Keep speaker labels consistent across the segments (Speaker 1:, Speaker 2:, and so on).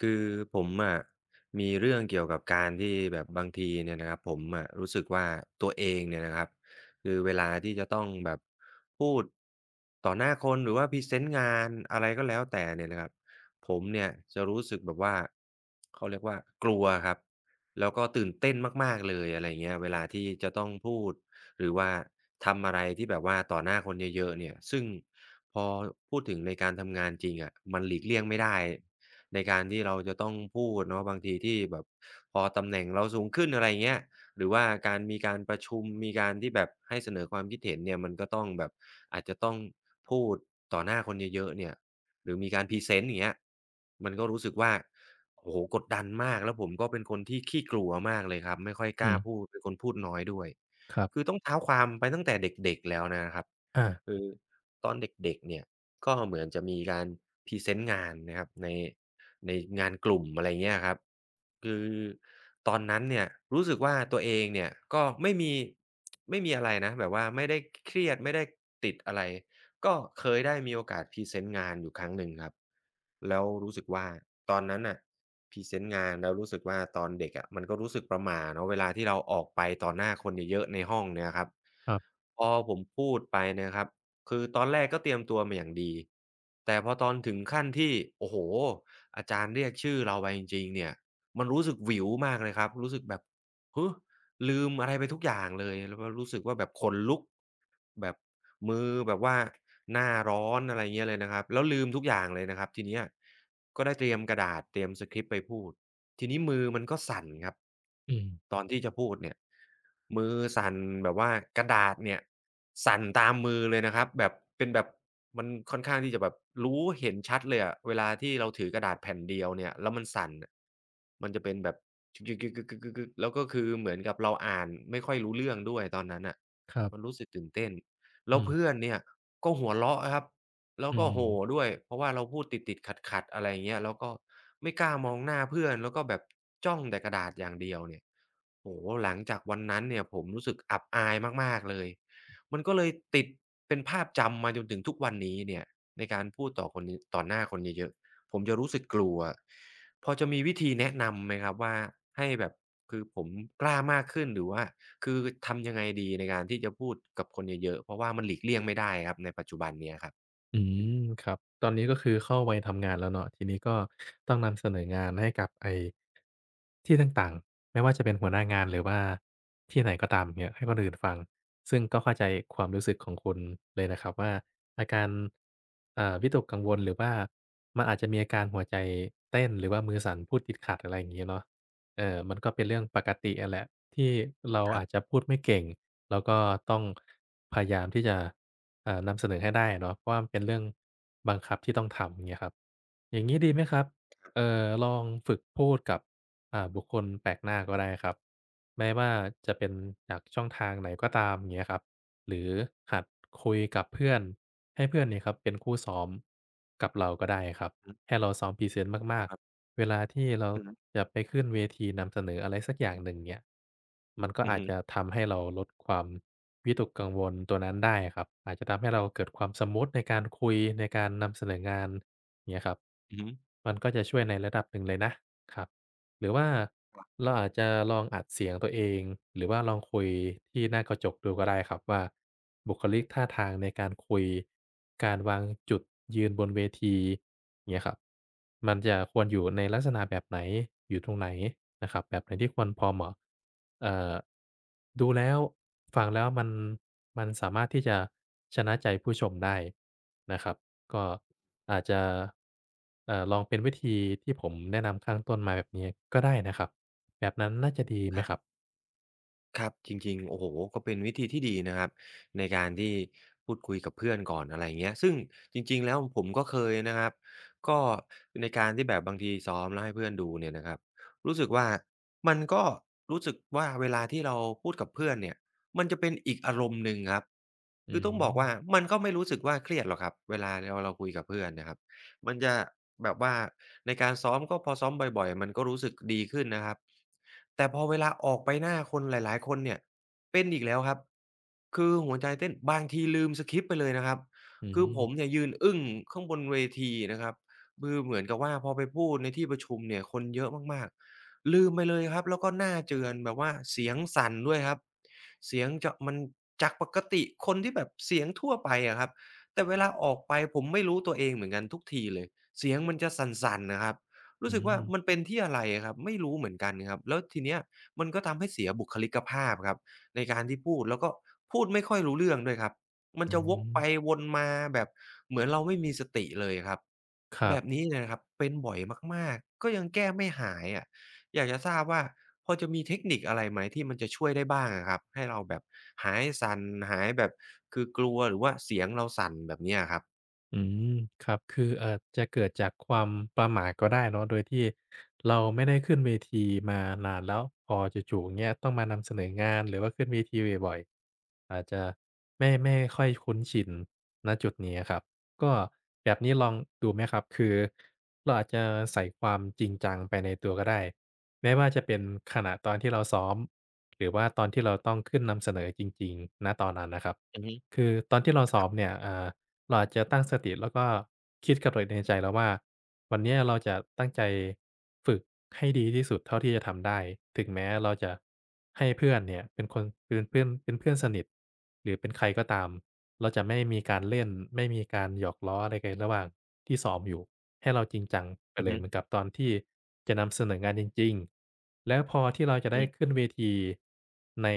Speaker 1: คือผมอะมีเรื่องเกี่ยวกับการที่แบบบางทีเนี่ยนะครับผมอะรู้สึกว่าตัวเองเนี่ยนะครับคือเวลาที่จะต้องแบบพูดต่อหน้าคนหรือว่าพรีเซนต์งานอะไรก็แล้วแต่เนี่ยนะครับผมเนี่ยจะรู้สึกแบบว่าเขาเรียกว่ากลัวครับแล้วก็ตื่นเต้นมากๆเลยอะไรเงี้ยเวลาที่จะต้องพูดหรือว่าทำอะไรที่แบบว่าต่อหน้าคนเยอะๆเนี่ยซึ่งพอพูดถึงในการทำงานจริงอะมันหลีกเลี่ยงไม่ได้ ในการที่เราจะต้องพูดเนาะบางทีที่แบบพอตำแหน่งเราสูงขึ้นอะไรเงี้ยหรือว่าการมีการประชุมมีการที่แบบให้เสนอความคิดเห็นเนี่ยมันก็ต้องแบบอาจจะต้องพูดต่อหน้าคนเยอะๆเนี่ยหรือมีการพรีเซนต์อย่างเงี้ยมันก็รู้สึกว่าโอ้โฮกดดันมากแล้วผมก็เป็นคนที่ขี้กลัวมากเลยครับไม่ค่อยก
Speaker 2: อื
Speaker 1: ล้าพู
Speaker 2: ม
Speaker 1: ดเป็นคนพูดน้อยด้วย
Speaker 2: ครั
Speaker 1: คือ
Speaker 2: บ
Speaker 1: ต้องเท้าความไปตั้งแต่เด็กๆแล้วนะครับ
Speaker 2: อา
Speaker 1: คือตอนเด็กๆเนี่ยก็เหมือนจะมีการพรีเซนต์งานนะครับในในงานกลุ่มอะไรเงี้ยครับคือตอนนั้นเนี่ยรู้สึกว่าตัวเองเนี่ยก็ไม่มีอะไรนะแบบว่าไม่ได้คเครียดไม่ได้ติดอะไรก็เคยได้มีโอกาสพรีเซนต์งานอยู่ครั้งหนึ่งครับแล้วรู้สึกว่าตอนนั้นน่ะพรีเซนต์งานแล้วรู้สึกว่าตอนเด็กอะมันก็รู้สึกประหม่าเนาะเวลาที่เราออกไปต่อหน้าคนเยอะๆในห้องเนี่ยครับ
Speaker 2: ครับ
Speaker 1: พอผมพูดไปเนี่ยครับ คือตอนแรกก็เตรียมตัวมาอย่างดีแต่พอตอนถึงขั้นที่โอ้โฮอาจารย์เรียกชื่อเราไปจริงๆเนี่ยมันรู้สึกหวิวมากเลยครับรู้สึกแบบฮึลืมอะไรไปทุกอย่างเลยแล้วก็รู้สึกว่าแบบขนลุกแบบมือแบบว่าหน้าร้อนอะไรเงี้ยเลยนะครับแล้วลืมทุกอย่างเลยนะครับทีเนี้ยก็ได้เตรียมกระดาษเตรียมสคริปต์ไปพูด ทีนี้มือมันก็สั่นครับ
Speaker 2: อืม
Speaker 1: ตอนที่จะพูดเนี่ยมือสั่นแบบว่ากระดาษเนี่ยสั่นตามมือเลยนะครับแบบเป็นแบบมันค่อนข้างที่จะแบบรู้เห็นชัดเลยอะเวลาที่เราถือกระดาษแผ่นเดียวเนี่ยแล้วมันสั่นอะมันจะเป็นแบบจึกๆๆๆๆๆแล้วก็คือเหมือนกับเราอ่านไม่ค่อยรู้เรื่องด้วยตอนนั้นอะ
Speaker 2: ครั
Speaker 1: มัน
Speaker 2: บ
Speaker 1: รู้สึกตื่นเต้นแล้
Speaker 2: อื
Speaker 1: วเพื่
Speaker 2: ม
Speaker 1: อนเนี่ยก็หัวเราะครับ แล้ว
Speaker 2: อื
Speaker 1: ก็โห่
Speaker 2: ม
Speaker 1: ด้วยเพราะว่าเราพูดติดๆขัดๆอะไรอย่างเงี้ยแล้วก็ไม่กล้ามองหน้าเพื่อนแล้วก็แบบจ้องแต่กระดาษอย่างเดียวเนี่ยโอ้โฮหลังจากวันนั้นเนี่ยผมรู้สึกอับอายมากๆเลยมันก็เลยติดเป็นภาพจำมาจนถึงทุกวันนี้เนี่ยในการพูดต่อคนต่อหน้าคนเยอะๆผมจะรู้สึกกลัวพอจะมีวิธีแนะนำไหมครับว่าให้แบบคือผมกล้ามากขึ้นหรือว่าคือทำยังไงดีในการที่จะพูดกับคนเยอะๆเพราะว่ามันหลีกเลี่ยงไม่ได้ครับในปัจจุบันเนี้ยครับ
Speaker 2: อืมครับตอนนี้ก็คือเข้าวัยทำงานแล้วเนาะทีนี้ก็ต้องนำเสนองานให้กับไอ้ที่ต่างๆไม่ว่าจะเป็นหัวหน้างานหรือว่าที่ไหนก็ตามเนี่ยให้คนอื่นฟังซึ่งก็เข้าใจความรู้สึกของคุณเลยนะครับว่าอาการวิตกกังวลหรือว่ามันอาจจะมีอาการหัวใจเต้นหรือว่ามือสั่นพูดติดขัดอะไรอย่างงี้เนาะมันก็เป็นเรื่องปกติอะแหละที่เราอาจจะพูดไม่เก่งแล้วก็ต้องพยายามที่จะ นำเสนอให้ได้อะเนาะเพราะว่ามันเป็นเรื่องบังคับที่ต้องทำอย่างเงี้ยครับอย่างงี้ดีไหมครับลองฝึกพูดกับบุคคลแปลกหน้าก็ได้ครับแม้ว่าจะเป็นจากช่องทางไหนก็ตามอย่างเงี้ยครับ หรือหัดคุยกับเพื่อนให้เพื่อนเนี่ยครับเป็นคู่ซ้อมกับเราก็ได้ครับให้เราซ้อมพรีเซนต์มาก
Speaker 1: ครับ
Speaker 2: ๆเวลาที่เรา
Speaker 1: ครับอือฮึ
Speaker 2: จะไปขึ้นเวทีนำเสนออะไรสักอย่างหนึ่งเนี่ยมันก็
Speaker 1: อือ
Speaker 2: อาจ
Speaker 1: ฮึ
Speaker 2: จะทำให้เราลดความวิตกกังวลตัวนั้นได้ครับอาจจะทำให้เราเกิดความสมูทในการคุยในการนำเสนองานเงี้ยครับ
Speaker 1: อือฮึ
Speaker 2: มันก็จะช่วยในระดับหนึ่งเลยนะครับ หรือว่าเราอาจจะลองอัดเสียงตัวเองหรือว่าลองคุยที่หน้ากระจกดูก็ได้ครับว่าบุคลิกท่าทางในการคุยการวางจุดยืนบนเวทีอย่างเงี้ยครับมันจะควรอยู่ในลักษณะแบบไหนอยู่ตรงไหนนะครับแบบไหนที่ควรพอเหมาะเอ่อดูแล้วฟังแล้วมันสามารถที่จะชนะใจผู้ชมได้นะครับก็อาจจะ ลองเป็นวิธีที่ผมแนะนำข้างต้นมาแบบนี้ก็ได้นะครับแบบนั้นน่าจะดี
Speaker 1: ค
Speaker 2: ไหม
Speaker 1: รั
Speaker 2: ครับ
Speaker 1: บครับจริงๆโอ้โฮก็เป็นวิธีที่ดีนะครับในการที่พูดคุยกับเพื่อนก่อนอะไรอย่างเงี้ยซึ่งจริงๆแล้วผมก็เคยนะครับก็ในการที่แบบบางทีซ้อมแล้วให้เพื่อนดูเนี่ยนะครับรู้สึกว่ามันก็รู้สึกว่าเวลาที่เราพูดกับเพื่อนเนี่ยมันจะเป็นอีกอารมณ์หนึ่งครับ
Speaker 2: อื
Speaker 1: คือต้องบอกว่า
Speaker 2: ม
Speaker 1: มันก็ไม่รู้สึกว่าเครียดหรอกครับเวลาเราคุยกับเพื่อนนะครับ มันจะแบบว่าในการซ้อมก็พอซ้อมบ่อยๆมันก็รู้สึกดีขึ้นนะครับแต่พอเวลาออกไปหน้าคนหลายๆคนเนี่ยเป็นอีกแล้วครับคือหัวใจเต้นบางทีลืมสกริปต์ไปเลยนะครับ
Speaker 2: อื
Speaker 1: คือผมเนี่
Speaker 2: ม
Speaker 1: ยยืนอึ้งข้างบนเวทีนะครับคือเหมือนกับว่าพอไปพูดในที่ประชุมเนี่ยคนเยอะมากๆลืมไปเลยครับแล้วก็หน้าเจือนแบบว่าเสียงสั่นด้วยครับเสียงจะมันจากปกติคนที่แบบเสียงทั่วไปอะครับ แต่เวลาออกไปผมไม่รู้ตัวเองเหมือนกันทุกทีเลยเสียงมันจะสั่นๆน่ะครับ
Speaker 2: อื
Speaker 1: รู้สึกว่ามัน
Speaker 2: ม
Speaker 1: เป็นที่อะไรอะครับไม่รู้เหมือนกันครับแล้วทีเนี้ยมันก็ทำให้เสียบุคลิกภาพครับในการที่พูดแล้วก็พูดไม่ค่อยรู้เรื่องด้วยครับมัน
Speaker 2: อื
Speaker 1: จะวกไป
Speaker 2: ม
Speaker 1: วนมาแบบเหมือนเราไม่มีสติเลยอะครับ
Speaker 2: ครั
Speaker 1: แบบ
Speaker 2: บ
Speaker 1: นี้เนี่ยนะครับเป็นบ่อยมากๆก็ยังแก้ไม่หายอะ อยากจะทราบว่าพอจะมีเทคนิคอะไรไหมที่มันจะช่วยได้บ้างอะครับให้เราแบบหายสั่นหายแบบคือกลัวหรือว่าเสียงเราสั่นแบบเนี้ยอะครับ
Speaker 2: อืมครับคืออาจจะเกิดจากความประหม่าก็ได้เนาะโดยที่เราไม่ได้ขึ้นเวทีมานานแล้วพอจู่ๆเงี้ยต้องมานำเสนองานหรือว่าขึ้นเวทีบ่อยๆอาจจะไม่ค่อยคุ้นชินณจุดนี้อะครับก็แบบนี้ลองดูไหมครับคือเราอาจจะใส่ความจริงจังไปในตัวก็ได้ไม่ว่าจะเป็นขณะตอนที่เราซ้อมหรือว่าตอนที่เราต้องขึ้นนำเสนอจริงๆณตอนนั้นนะครับ
Speaker 1: อือฮึ
Speaker 2: คือตอนที่เราซ้อมเนี่ยเราอาจจะตั้งสติแล้วก็คิดกับตัวเองในใจแล้วว่าวันเนี้ยเราจะตั้งใจฝึกให้ดีที่สุดเท่าที่จะทำได้ถึงแม้เราจะให้เพื่อนเนี่ยเป็นคนเป็นเพื่อนสนิทหรือเป็นใครก็ตามเราจะไม่มีการเล่นไม่มีการหยอกล้ออะไรกันระหว่างที่ซ้อมอยู่ให้เราจริงจังไป
Speaker 1: อือ
Speaker 2: เลย
Speaker 1: ฮึ
Speaker 2: เหมือนกับตอนที่จะนำเสนองานจริงๆแล้วพอที่เราจะ
Speaker 1: อื
Speaker 2: ได้
Speaker 1: อ
Speaker 2: ขึ้นเวที ใน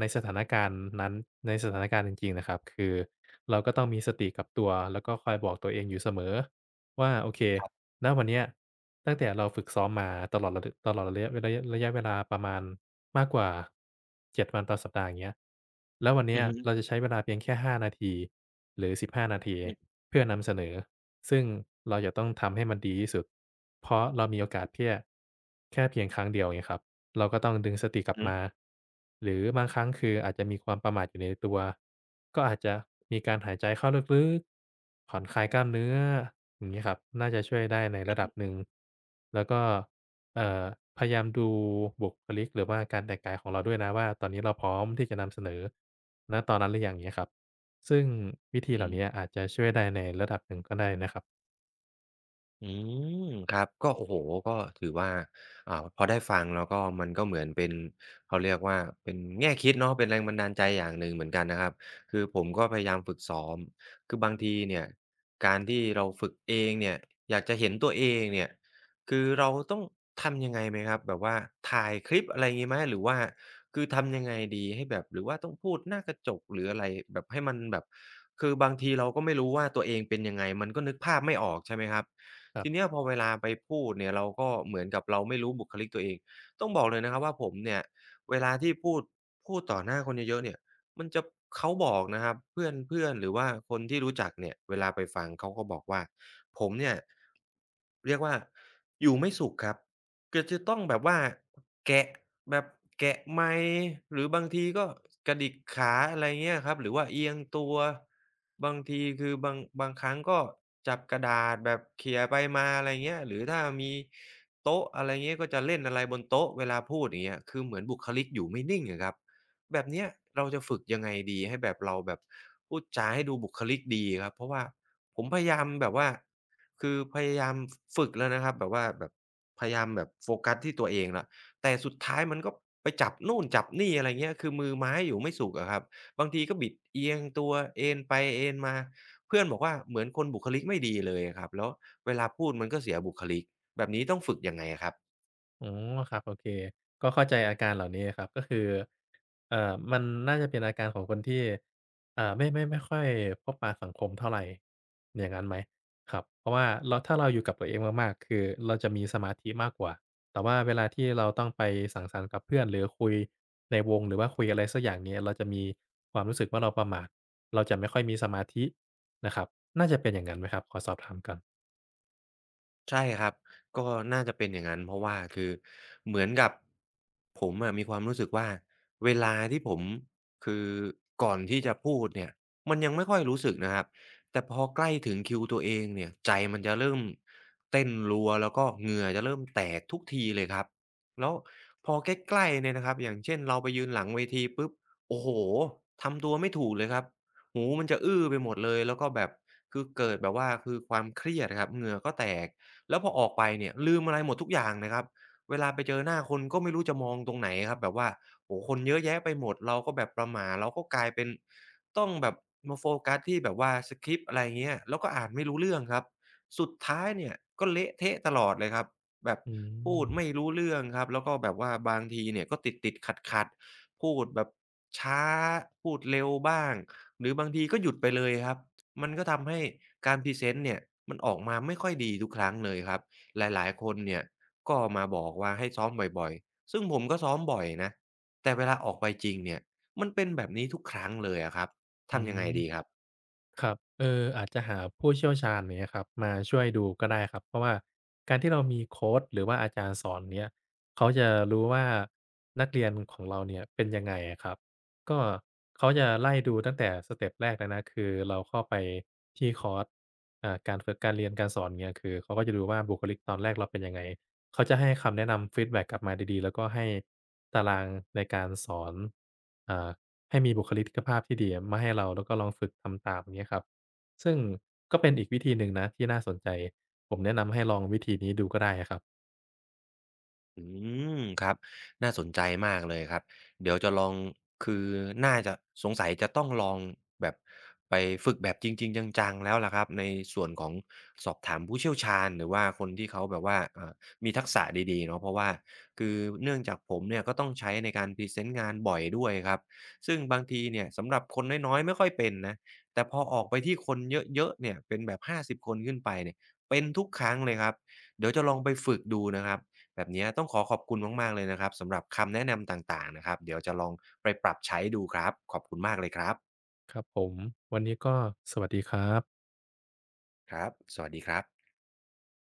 Speaker 2: ในสถานการณ์นั้นในสถานการณ์จริงๆนะครับคือเราก็ต้องมีสติกับตัวแล้วก็คอยบอกตัวเองอยู่เสมอว่าโอเค ณวันเนี้ยตั้งแต่เราฝึกซ้อมมาตลอดระตลอดระยะเวลาประมาณมากกว่า7วันต่อสัปดาห์อย่างเงี้ยแล้ววัน
Speaker 1: อื
Speaker 2: เนี้ย
Speaker 1: อฮึ
Speaker 2: เราจะใช้เวลาเพียงแค่5นาทีหรือ15นาที
Speaker 1: อือ
Speaker 2: เพื่อนำเสนอซึ่งเราจะต้องทำให้มันดีที่สุดเพราะเรามีโอกาสเพียแค่เพียงครั้งเดียวไงครับเราก็ต้องดึงสติก
Speaker 1: อือ
Speaker 2: ลับ
Speaker 1: ฮึ
Speaker 2: มา หรือบางครั้งคืออาจจะมีความประมาทอยู่ในตัวก็อาจจะมีการหายใจเข้าลึกๆผ่อนคลายกล้ามเนื้ออย่างงี้ครับน่าจะช่วยได้ในระดับหนึ่งแล้วก็เอ่
Speaker 1: อื
Speaker 2: อ
Speaker 1: อ
Speaker 2: พยายามดูบุคลิกหรือว่าการแต่งกายของเราด้วยนะว่าตอนนี้เราพร้อมที่จะนำเสนอณตอนนั้นหรือยังอย่างเงี้ยครับซึ่งวิธี
Speaker 1: อือ
Speaker 2: เหล่าเนี้ยอาจจะช่วยได้ในระดับหนึ่งก็ได้นะครับ
Speaker 1: อืมครับก็โอ้โฮก็ถือว่าอ่าพอได้ฟังแล้วก็มันก็เหมือนเป็นเขาเรียกว่าเป็นแง่คิดเนาะเป็นแรงบันดาลใจอย่างหนึ่งเหมือนกันนะครับคือผมก็พยายามฝึกซ้อมคือบางทีเนี่ยการที่เราฝึกเองเนี่ยอยากจะเห็นตัวเองเนี่ยคือเราต้องทำยังไงไหมครับแบบว่าถ่ายคลิปอะไรงี้ไหมหรือว่าคือทำยังไงดีให้แบบหรือว่าต้องพูดหน้ากระจกหรืออะไรแบบให้มันแบบคือบางทีเราก็ไม่รู้ว่าตัวเองเป็นยังไงมันก็นึกภาพไม่ออกใช่ไหมครับ ทีเนี้ยพอเวลาไปพูดเนี่ยเราก็เหมือนกับเราไม่รู้บุคลิกตัวเองต้องบอกเลยนะครับว่าผมเนี่ยเวลาที่พูดต่อหน้าคนเยอะๆเนี่ยมันจะเขาบอกนะครับเพื่อนๆหรือว่าคนที่รู้จักเนี่ยเวลาไปฟังเขาก็บอกว่าผมเนี่ยเรียกว่าอยู่ไม่สุขครับ ก็จะต้องแบบว่าแกะแบบแกะไมค์หรือบางทีก็กระดิกขาอะไรเงี้ยครับหรือว่าเอียงตัวบางทีคือบางครั้งก็จับกระดาษแบบเขี่ยไปมาอะไรเงี้ยหรือถ้ามีโต๊ะอะไรเงี้ยก็จะเล่นอะไรบนโต๊ะเวลาพูดอย่างเงี้ยคือเหมือนบุคลิกอยู่ไม่นิ่งอะครับแบบเนี้ยเราจะฝึกยังไงดีให้แบบเราแบบพูดจาให้ดูบุคลิกดีครับเพราะว่าผมพยายามแบบว่า คือพยายามฝึกแล้วนะครับแบบว่าแบบพยายามแบบโฟกัสที่ตัวเองแล้วแต่สุดท้ายมันก็ไปจับนู่นจับนี่อะไรเงี้ยคือมือไม้อยู่ไม่สุขอะครับบางทีก็บิดเอียงตัวเอนไปเอนมาเพื่อนบอกว่าเหมือนคนบุคลิกไม่ดีเลยอะครับแล้วเวลาพูดมันก็เสียบุคลิกแบบนี้ต้องฝึกยังไงอะครับ
Speaker 2: อ๋อครับโอเคก็เข้าใจอาการเหล่านี้ครับก็คือมันน่าจะเป็นอาการของคนที่ไม่ค่อยพบปะสังคมเท่าไรอย่างงั้นไหมครับเพราะว่าเราถ้าเราอยู่กับตัวเองมากๆคือเราจะมีสมาธิมากกว่าแต่ว่าเวลาที่เราต้องไปสังสรรค์กับเพื่อนหรือคุยในวงหรือว่าคุยอะไรสักอย่างเนี่ยเราจะมีความรู้สึกว่าเราประหม่าเราจะไม่ค่อยมีสมาธินะครับน่าจะเป็นอย่างงั้นไหมครับขอสอบถามก่อน
Speaker 1: ใช่ครับก็น่าจะเป็นอย่างนั้นเพราะว่าคือเหมือนกับผมอะมีความรู้สึกว่าเวลาที่ผมคือก่อนที่จะพูดเนี่ยมันยังไม่ค่อยรู้สึกนะครับแต่พอใกล้ถึงคิวตัวเองเนี่ยใจมันจะเริ่มเต้นรัวแล้วก็เหงื่อจะเริ่มแตกทุกทีเลยครับแล้วพอใกล้ๆเนี่ยนะครับอย่างเช่นเราไปยืนหลังเวทีปุ๊บโอ้โฮทำตัวไม่ถูกเลยครับหูมันจะอื้อไปหมดเลยแล้วก็แบบคือเกิดแบบว่าคือความเครียดอะครับเหงื่อก็แตก แล้วพอออกไปเนี่ยลืมอะไรหมดทุกอย่างนะครับเวลาไปเจอหน้าคนก็ไม่รู้จะมองตรงไหนครับแบบว่าโอ้โฮคนเยอะแยะไปหมดเราก็แบบประหม่าเราก็กลายเป็นต้องแบบมาโฟกัสที่แบบว่าสกริปต์อะไรเงี้ยแล้วก็อ่านไม่รู้เรื่องครับสุดท้ายเนี่ยก็เละเทะตลอดเลยครับแบบ
Speaker 2: อื
Speaker 1: พูดไม่
Speaker 2: ม
Speaker 1: รู้เรื่องครับแล้วก็แบบว่าบางทีเนี่ยก็ติดๆขัดๆพูดแบบช้าพูดเร็วบ้างหรือบางทีก็หยุดไปเลยครับ มันก็ทำให้การพรีเซนต์เนี่ยมันออกมาไม่ค่อยดีทุกครั้งเลยครับหลายๆคนเนี่ยก็มาบอกว่าให้ซ้อมบ่อยๆซึ่งผมก็ซ้อมบ่อยนะแต่เวลาออกไปจริงเนี่ยมันเป็นแบบนี้ทุกครั้งเลยอะครับ
Speaker 2: อื
Speaker 1: ทำยังไงดีค
Speaker 2: ม
Speaker 1: รับ
Speaker 2: ครับเอออาจจะหาผู้เชี่ยวชาญอย่างเงี้ยครับมาช่วยดูก็ได้ครับเพราะว่าการที่เรามีโคชหรือว่าอาจารย์สอนเนี้ยเขาจะรู้ว่านักเรียนของเราเนี่ยเป็นยังไงอะครับก็เขาจะไล่ดูตั้งแต่สเต็ปแรกเลยนะคือเราเข้าไปที่คอร์สการฝึกการเรียนการสอนเงี้ยคือเขาก็จะดูว่าบุคลิกตอนแรกเราเป็นยังไงเขาจะให้คำแนะนำฟีดแบ็กกลับมาดีๆแล้วก็ให้ตารางในการสอนอ่า ให้มีบุคลิกภาพที่ดีมาให้เราแล้วก็ลองฝึกทำตามอย่างเงี้ยครับซึ่งก็เป็นอีกวิธีหนึ่งนะที่น่าสนใจผมแนะนำให้ลองวิธีนี้ดูก็ได้อะครับ
Speaker 1: อืมครับน่าสนใจมากเลยครับเดี๋ยวจะลองคือน่าจะสงสัยจะต้องลองแบบไปฝึกแบบจริงๆจังๆแล้วล่ะครับในส่วนของสอบถามผู้เชี่ยวชาญหรือว่าคนที่เขาแบบว่ามีทักษะดีๆเนาะเพราะว่าคือเนื่องจากผมเนี่ยก็ต้องใช้ในการพรีเซนต์งานบ่อยด้วยครับซึ่งบางทีเนี่ยสำหรับคนน้อยๆไม่ค่อยเป็นนะแต่พอออกไปที่คนเยอะๆเนี่ยเป็นแบบ50คนขึ้นไปเนี่ยเป็นทุกครั้งเลยครับเดี๋ยวจะลองไปฝึกดูนะครับ แบบเนี้ยต้องขอขอบคุณมากๆเลยนะครับสำหรับคำแนะนำต่างๆนะครับเดี๋ยวจะลองไปปรับใช้ดูครับขอบคุณมากเลยครับ
Speaker 2: ครับผมวันนี้ก็สวัสดีครับ
Speaker 1: ครับสวัสดีครับ